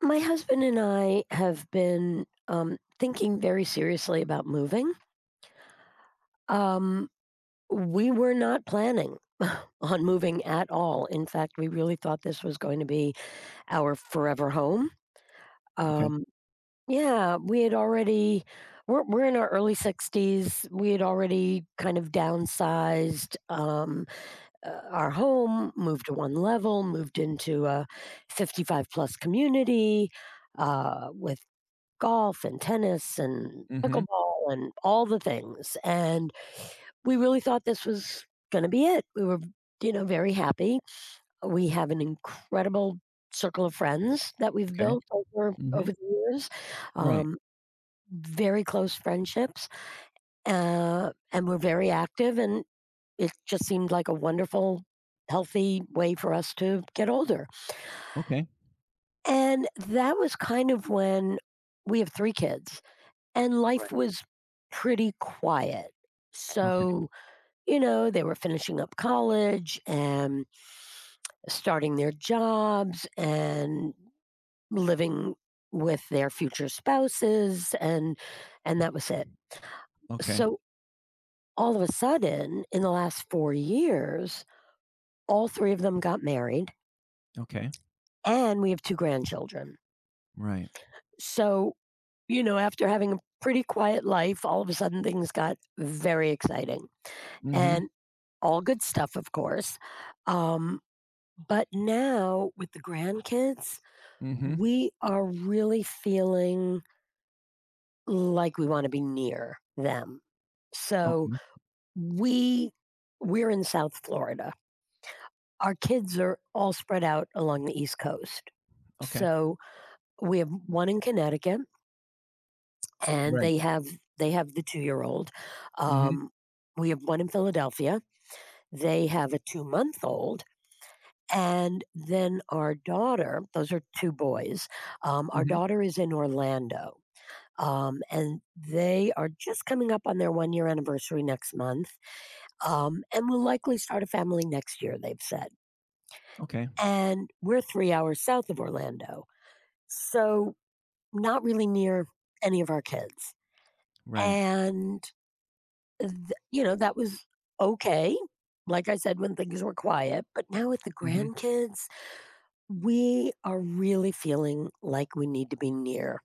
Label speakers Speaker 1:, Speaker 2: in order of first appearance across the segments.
Speaker 1: My husband and I have been thinking very seriously about moving. Um, we were not planning on moving at all. In fact, we really thought this was going to be our forever home.
Speaker 2: Okay.
Speaker 1: Um, yeah, we had already, we're in our early 60s. We had already kind of downsized our home, moved to one level, moved into a 55 plus community with golf and tennis and
Speaker 2: Mhm.
Speaker 1: pickleball and all the things, and we really thought this was gonna be it. We were, very happy. We have an incredible circle of friends that we've
Speaker 2: Okay.
Speaker 1: built over
Speaker 2: Mhm.
Speaker 1: over the years,
Speaker 2: Right.
Speaker 1: um, very close friendships, and we're very active, and it just seemed like a wonderful, healthy way for us to get older,
Speaker 2: Okay.
Speaker 1: and that was kind of when we have 3 kids. And life
Speaker 2: Right.
Speaker 1: was pretty quiet.
Speaker 2: Okay.
Speaker 1: So, they were finishing up college and starting their jobs and living with their future spouses and that was it.
Speaker 2: Okay.
Speaker 1: So, all of a sudden in the last 4 years, all 3 of them got married
Speaker 2: Okay.
Speaker 1: and we have 2 grandchildren.
Speaker 2: Right.
Speaker 1: So, after having a pretty quiet life, all of a sudden things got very exciting.
Speaker 2: Mhm.
Speaker 1: And all good stuff, of course. Um, but now with the grandkids,
Speaker 2: Mhm.
Speaker 1: we are really feeling like we wanna be near them. So
Speaker 2: Okay.
Speaker 1: we we're in South Florida. Our kids are all spread out along the East Coast.
Speaker 2: Okay.
Speaker 1: So we have one in Connecticut and
Speaker 2: Right.
Speaker 1: they have the 2-year-old.
Speaker 2: Mhm.
Speaker 1: Um, we have one in Philadelphia. They have a 2-month-old. And then our daughter, those are two boys. Our
Speaker 2: Mhm.
Speaker 1: daughter is in Orlando. And they are just coming up on their 1 year anniversary next month, and will likely start a family next year, they've said.
Speaker 2: Okay.
Speaker 1: And we're 3 hours south of Orlando. So, not really near any of our kids.
Speaker 2: Right.
Speaker 1: And, th- that was okay. Like I said, when things were quiet, but now with the
Speaker 2: Mhm.
Speaker 1: grandkids, we are really feeling like we need to be near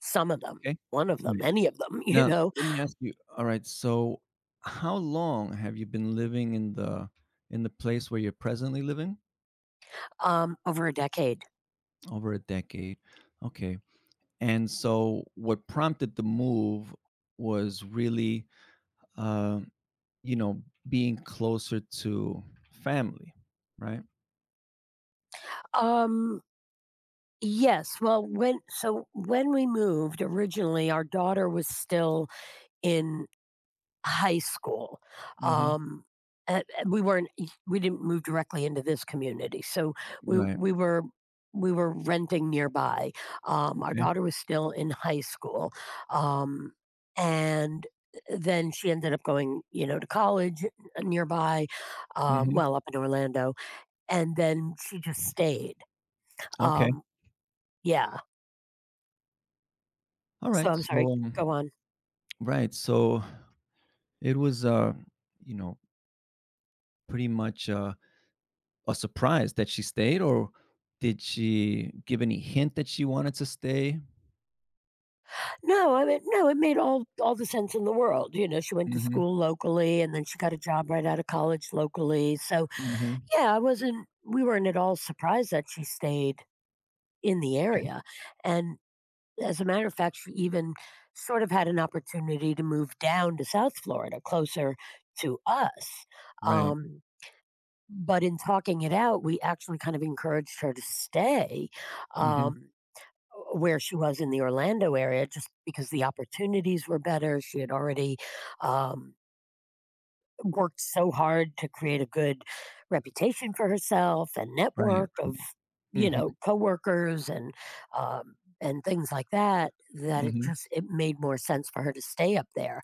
Speaker 1: some of them,
Speaker 2: Okay.
Speaker 1: one of them,
Speaker 2: Right.
Speaker 1: any of them,
Speaker 2: Now, let me ask you, all right, so how long have you been living in the place where you're presently living?
Speaker 1: over a decade.
Speaker 2: Over a decade. Okay. And so what prompted the move was really, uh you know, being closer to family, right?
Speaker 1: Um, yes. Well, when so when we moved originally, our daughter was still in high school.
Speaker 2: Mhm.
Speaker 1: Um, a and we weren't e We didn't move directly into this community, so we
Speaker 2: Right.
Speaker 1: we were we were renting nearby. Our
Speaker 2: Okay.
Speaker 1: daughter was still in high school, um, and then she ended up going, to college nearby,
Speaker 2: Mhm.
Speaker 1: well, up in Orlando, and then she just stayed.
Speaker 2: Okay.
Speaker 1: Um, yeah.
Speaker 2: All
Speaker 1: So
Speaker 2: right.
Speaker 1: I'm sorry, go on.
Speaker 2: Right. So it was, you know, pretty much a surprise that she stayed, or did she give any hint that she wanted to stay?
Speaker 1: No, I mean, no, it made all the sense in the world. She went to
Speaker 2: Mm-hmm.
Speaker 1: school locally, and then she got a job right out of college locally, so,
Speaker 2: Mm-hmm.
Speaker 1: yeah, I wasn't we weren't at all surprised that she stayed in the
Speaker 2: Okay.
Speaker 1: area, and as a matter of fact, she even sort of had an opportunity to move down to South Florida, closer to us,
Speaker 2: Right.
Speaker 1: um, but in talking it out, we actually kind of encouraged her to stay, um
Speaker 2: Mm-hmm.
Speaker 1: where she was in the Orlando area just because the opportunities were better. She had already um, worked so hard to create a good reputation for herself and
Speaker 2: Right.
Speaker 1: network of
Speaker 2: Right. Mm-hmm.
Speaker 1: coworkers um, and things like that. That it
Speaker 2: Mm-hmm.
Speaker 1: just it made more sense for her to stay up there.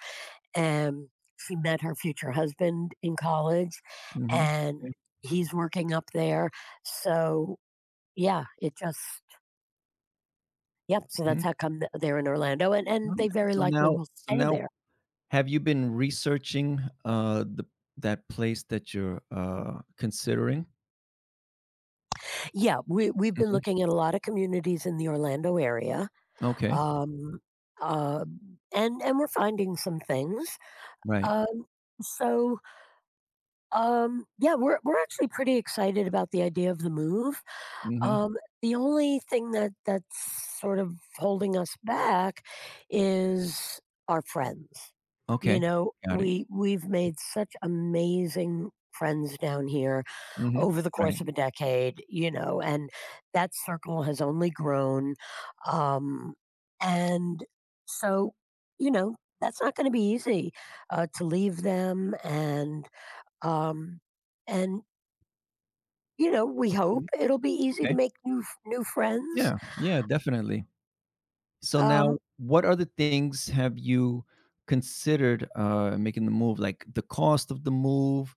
Speaker 1: And she met her future husband in college,
Speaker 2: Mm-hmm.
Speaker 1: and
Speaker 2: Okay.
Speaker 1: he's working up there. So yeah, it just yep, so
Speaker 2: Mm-hmm.
Speaker 1: that's how come th they're in Orlando, and
Speaker 2: All
Speaker 1: they
Speaker 2: right.
Speaker 1: very
Speaker 2: So
Speaker 1: likely
Speaker 2: now,
Speaker 1: will
Speaker 2: so
Speaker 1: stay
Speaker 2: now
Speaker 1: there.
Speaker 2: have you been researching, the that place that you're, considering?
Speaker 1: Yeah, we've been
Speaker 2: Mhm.
Speaker 1: looking at a lot of communities in the Orlando area,
Speaker 2: Okay.
Speaker 1: um, and we're finding some things.
Speaker 2: Right.
Speaker 1: Um, so, yeah, we're actually pretty excited about the idea of the move.
Speaker 2: Mhm.
Speaker 1: Um, the only thing that's sort of holding us back is our friends. You
Speaker 2: Okay.
Speaker 1: know,
Speaker 2: Got it.
Speaker 1: we've made such amazing friends down here
Speaker 2: Mhm.
Speaker 1: over the
Speaker 2: Right.
Speaker 1: course of a decade, you know, and that circle has only grown. Um, and so, you know, that's not going to be easy to leave them and um, and you know, we hope
Speaker 2: Mhm.
Speaker 1: it'll be easy to
Speaker 2: Okay.
Speaker 1: make new friends.
Speaker 2: Yeah. Yeah, definitely. So now
Speaker 1: um
Speaker 2: what other things have you considered, making the move? Like, the cost of the move,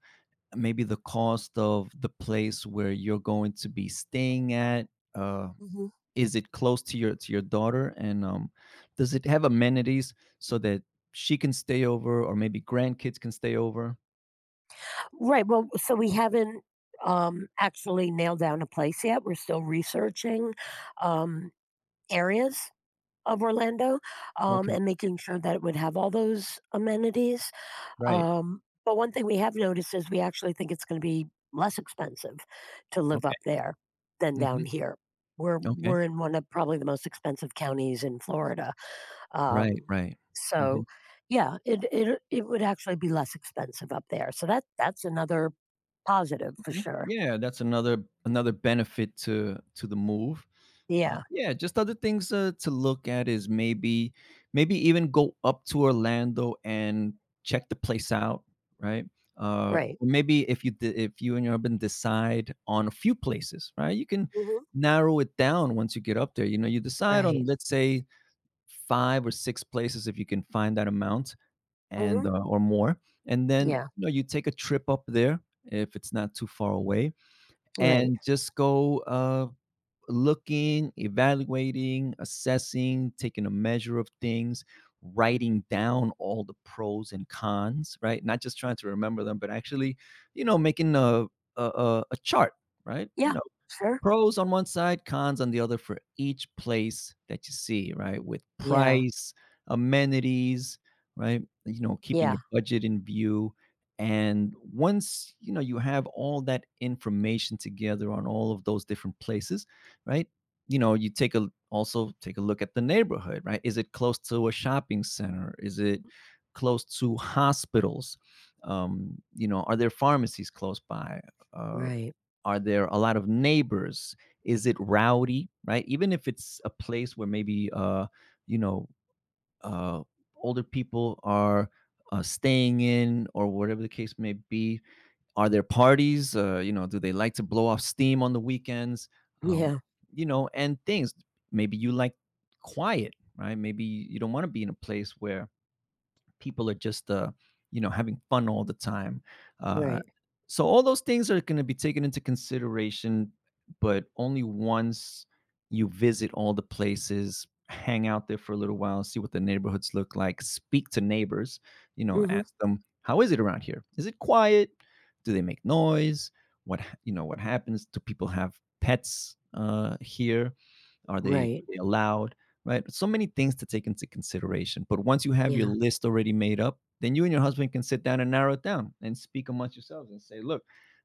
Speaker 2: maybe the cost of the place where you're going to be staying at, uh
Speaker 1: Mhm.
Speaker 2: is it close to your daughter, and does it have amenities so that she can stay over or maybe grandkids can stay over?
Speaker 1: Right, well, so we haven't, actually nailed down a place yet, we're still researching, um, areas of Orlando,
Speaker 2: Okay.
Speaker 1: and making sure that it would have all those amenities,
Speaker 2: Right.
Speaker 1: but one thing we have noticed is we actually think it's gonna be less expensive to live up
Speaker 2: Okay.
Speaker 1: there than down
Speaker 2: Hmm.
Speaker 1: here. We're
Speaker 2: Okay.
Speaker 1: we're in one of probably the most expensive counties in Florida.
Speaker 2: Right,
Speaker 1: Um,
Speaker 2: right. Hmm.
Speaker 1: so yeah, it would actually be less expensive up there. So that's another positive for
Speaker 2: Okay,
Speaker 1: sure.
Speaker 2: yeah, that's another, another benefit to the move.
Speaker 1: Yeah,
Speaker 2: Yeah, just other things to look at is maybe, maybe even go up to Orlando and check the place out, right?
Speaker 1: right.
Speaker 2: Or maybe if if you and your husband decide on a few places, right? You can
Speaker 1: Mhm.
Speaker 2: narrow it down once you get up there. You know, you decide on,
Speaker 1: Right.
Speaker 2: let's say, five or six places, if you can find that amount, and
Speaker 1: Mhm.
Speaker 2: or more, and then,
Speaker 1: Yeah,
Speaker 2: you know, you take a trip up there, if it's not too far away,
Speaker 1: right.
Speaker 2: and just go. Looking, evaluating, assessing, taking a measure of things, writing down all the pros and cons, right? Not just trying to remember them, but actually, you know, making a a chart, right? You
Speaker 1: Yeah.
Speaker 2: know,
Speaker 1: Sure.
Speaker 2: pros on one side, cons on the other for each place that you see, right? With
Speaker 1: Yeah.
Speaker 2: price, amenities, right? You know, keeping
Speaker 1: Yeah.
Speaker 2: your budget in view. And once, you know, you have all that information together on all of those different places, right? You know, you take a, also take a look at the neighborhood, right? Is it close to a shopping center? Is it close to hospitals? You know, are there pharmacies close by? Uh
Speaker 1: Right.
Speaker 2: are there a lot of neighbors? Is it rowdy, right? Even if it's a place where maybe, you know, uh, older people are staying in, or whatever the case may be, are there parties? You know, do they like to blow off steam on the weekends? Um,
Speaker 1: Yeah.
Speaker 2: you know, and things. Maybe you like quiet, right? Maybe you don't want to be in a place where people are just you know, having fun all the time. Uh,
Speaker 1: Right.
Speaker 2: so all those things are going to be taken into consideration, but only once you visit all the places, hang out there for a little while, see what the neighborhoods look like, speak to neighbors, you know,
Speaker 1: Mhm.
Speaker 2: ask them, how is it around here? Is it quiet? Do they make noise? You know? What happens? Do people have pets here?
Speaker 1: Right.
Speaker 2: Are they allowed, right? So many things to take into consideration. But once you have your
Speaker 1: Yeah.
Speaker 2: list already made up, then you and your husband can sit down and narrow it down and speak amongst yourselves and say, look,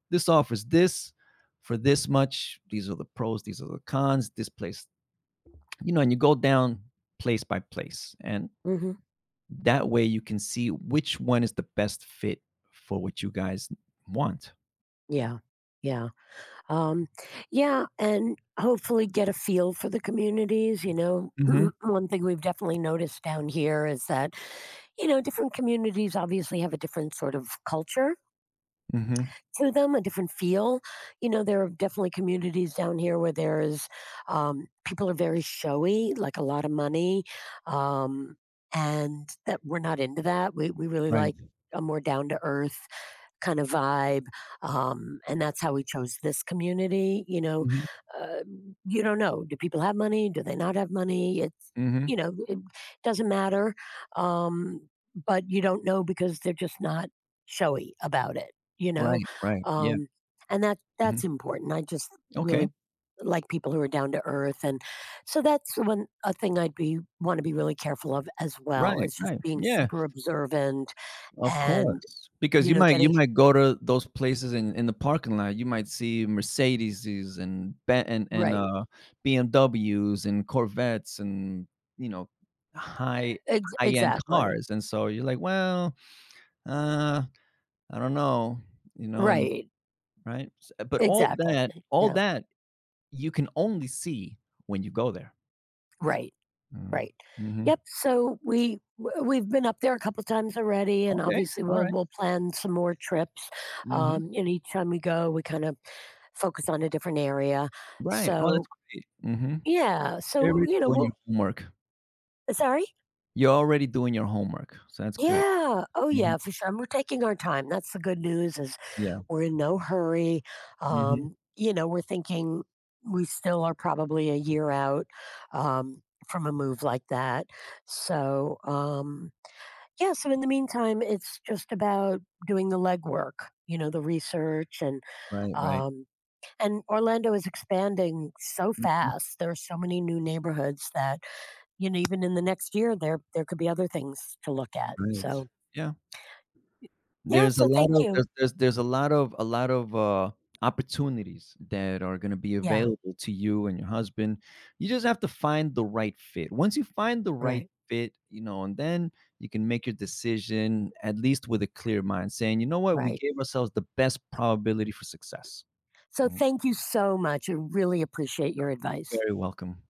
Speaker 2: this offers this for this much. These are the pros, these are the cons, this place, you know, and you go down place by place. And
Speaker 1: Mhm.
Speaker 2: that way you can see which one is the best fit for what you guys want.
Speaker 1: Yeah. Yeah. Um yeah, and hopefully get a feel for the communities, you know.
Speaker 2: Hmm.
Speaker 1: One thing we've definitely noticed down here is that you know, different communities obviously have a different sort of culture
Speaker 2: Hmm.
Speaker 1: to them, a different feel. You know, there are definitely communities down here where there is people are very showy, like a lot of money, um, and that we're not into that. We really like
Speaker 2: Right.
Speaker 1: a more down to earth kind of vibe. And that's how we chose this community. You know,
Speaker 2: Hmm.
Speaker 1: uh, you don't know. Do people have money? Do they not have money? It's,
Speaker 2: Hmm.
Speaker 1: you know, it doesn't matter. Um, but you don't know because they're just not showy about it, you know?
Speaker 2: Right. Right. Yeah.
Speaker 1: Um, and that's
Speaker 2: Hmm.
Speaker 1: important. I just
Speaker 2: Okay.
Speaker 1: really like people who are down to earth and so that's one a thing I'd be want to be really careful of as well
Speaker 2: Right.
Speaker 1: is just
Speaker 2: Right.
Speaker 1: being
Speaker 2: Yeah.
Speaker 1: super observant
Speaker 2: Of
Speaker 1: and
Speaker 2: course, because
Speaker 1: you know
Speaker 2: you
Speaker 1: getting
Speaker 2: might go to those places in the parking lot, you might see Mercedeses and Ben and
Speaker 1: right
Speaker 2: BMWs and Corvettes and, you know, high
Speaker 1: Ex
Speaker 2: high-end
Speaker 1: exactly.
Speaker 2: cars, and so you're like, "Well, uh, I don't know," you know, and,
Speaker 1: Right.
Speaker 2: right? S But all
Speaker 1: Exactly.
Speaker 2: that, all
Speaker 1: Yeah.
Speaker 2: that you can only see when you go there.
Speaker 1: Right.
Speaker 2: Mm.
Speaker 1: Right.
Speaker 2: Mhm.
Speaker 1: Yep. So we've been up there a couple times already, and
Speaker 2: Okay,
Speaker 1: obviously we'll
Speaker 2: alright.
Speaker 1: we'll plan some more trips.
Speaker 2: Mhm.
Speaker 1: And each time we go, we kind of focus on a different area.
Speaker 2: Right. Oh, that's
Speaker 1: So
Speaker 2: great. Mhm.
Speaker 1: yeah.
Speaker 2: They're
Speaker 1: So
Speaker 2: really
Speaker 1: you know,
Speaker 2: doing your
Speaker 1: we'll
Speaker 2: homework.
Speaker 1: sorry.
Speaker 2: You're already doing your homework, so that's good.
Speaker 1: Yeah. Oh,
Speaker 2: Mhm.
Speaker 1: yeah, for sure, and we're taking our time, that's the good news is
Speaker 2: Yeah.
Speaker 1: we're in no hurry,
Speaker 2: Mhm.
Speaker 1: we're thinking we still are probably a year out, um, from a move like that, so, yeah, so in the meantime, it's just about doing the legwork, you know, the research and,
Speaker 2: Right, right.
Speaker 1: um Orlando is expanding so
Speaker 2: Mhm.
Speaker 1: fast, there are so many new neighborhoods that, you know, even in the next year, there could be other things to look at,
Speaker 2: Right.
Speaker 1: so
Speaker 2: Yeah.
Speaker 1: yeah,
Speaker 2: There's a
Speaker 1: so
Speaker 2: lot
Speaker 1: thank
Speaker 2: of,
Speaker 1: you.
Speaker 2: there's a lot of, opportunities that are gonna be
Speaker 1: Yeah,
Speaker 2: available to you and your husband. You just have to find the right fit. Once you find the right
Speaker 1: right,
Speaker 2: fit, you know, and then you can make your decision at least with a clear mind, saying, "You know what? We
Speaker 1: right.
Speaker 2: gave ourselves the best probability for success."
Speaker 1: So
Speaker 2: Mm,
Speaker 1: thank you so much. I really appreciate your advice.
Speaker 2: very welcome.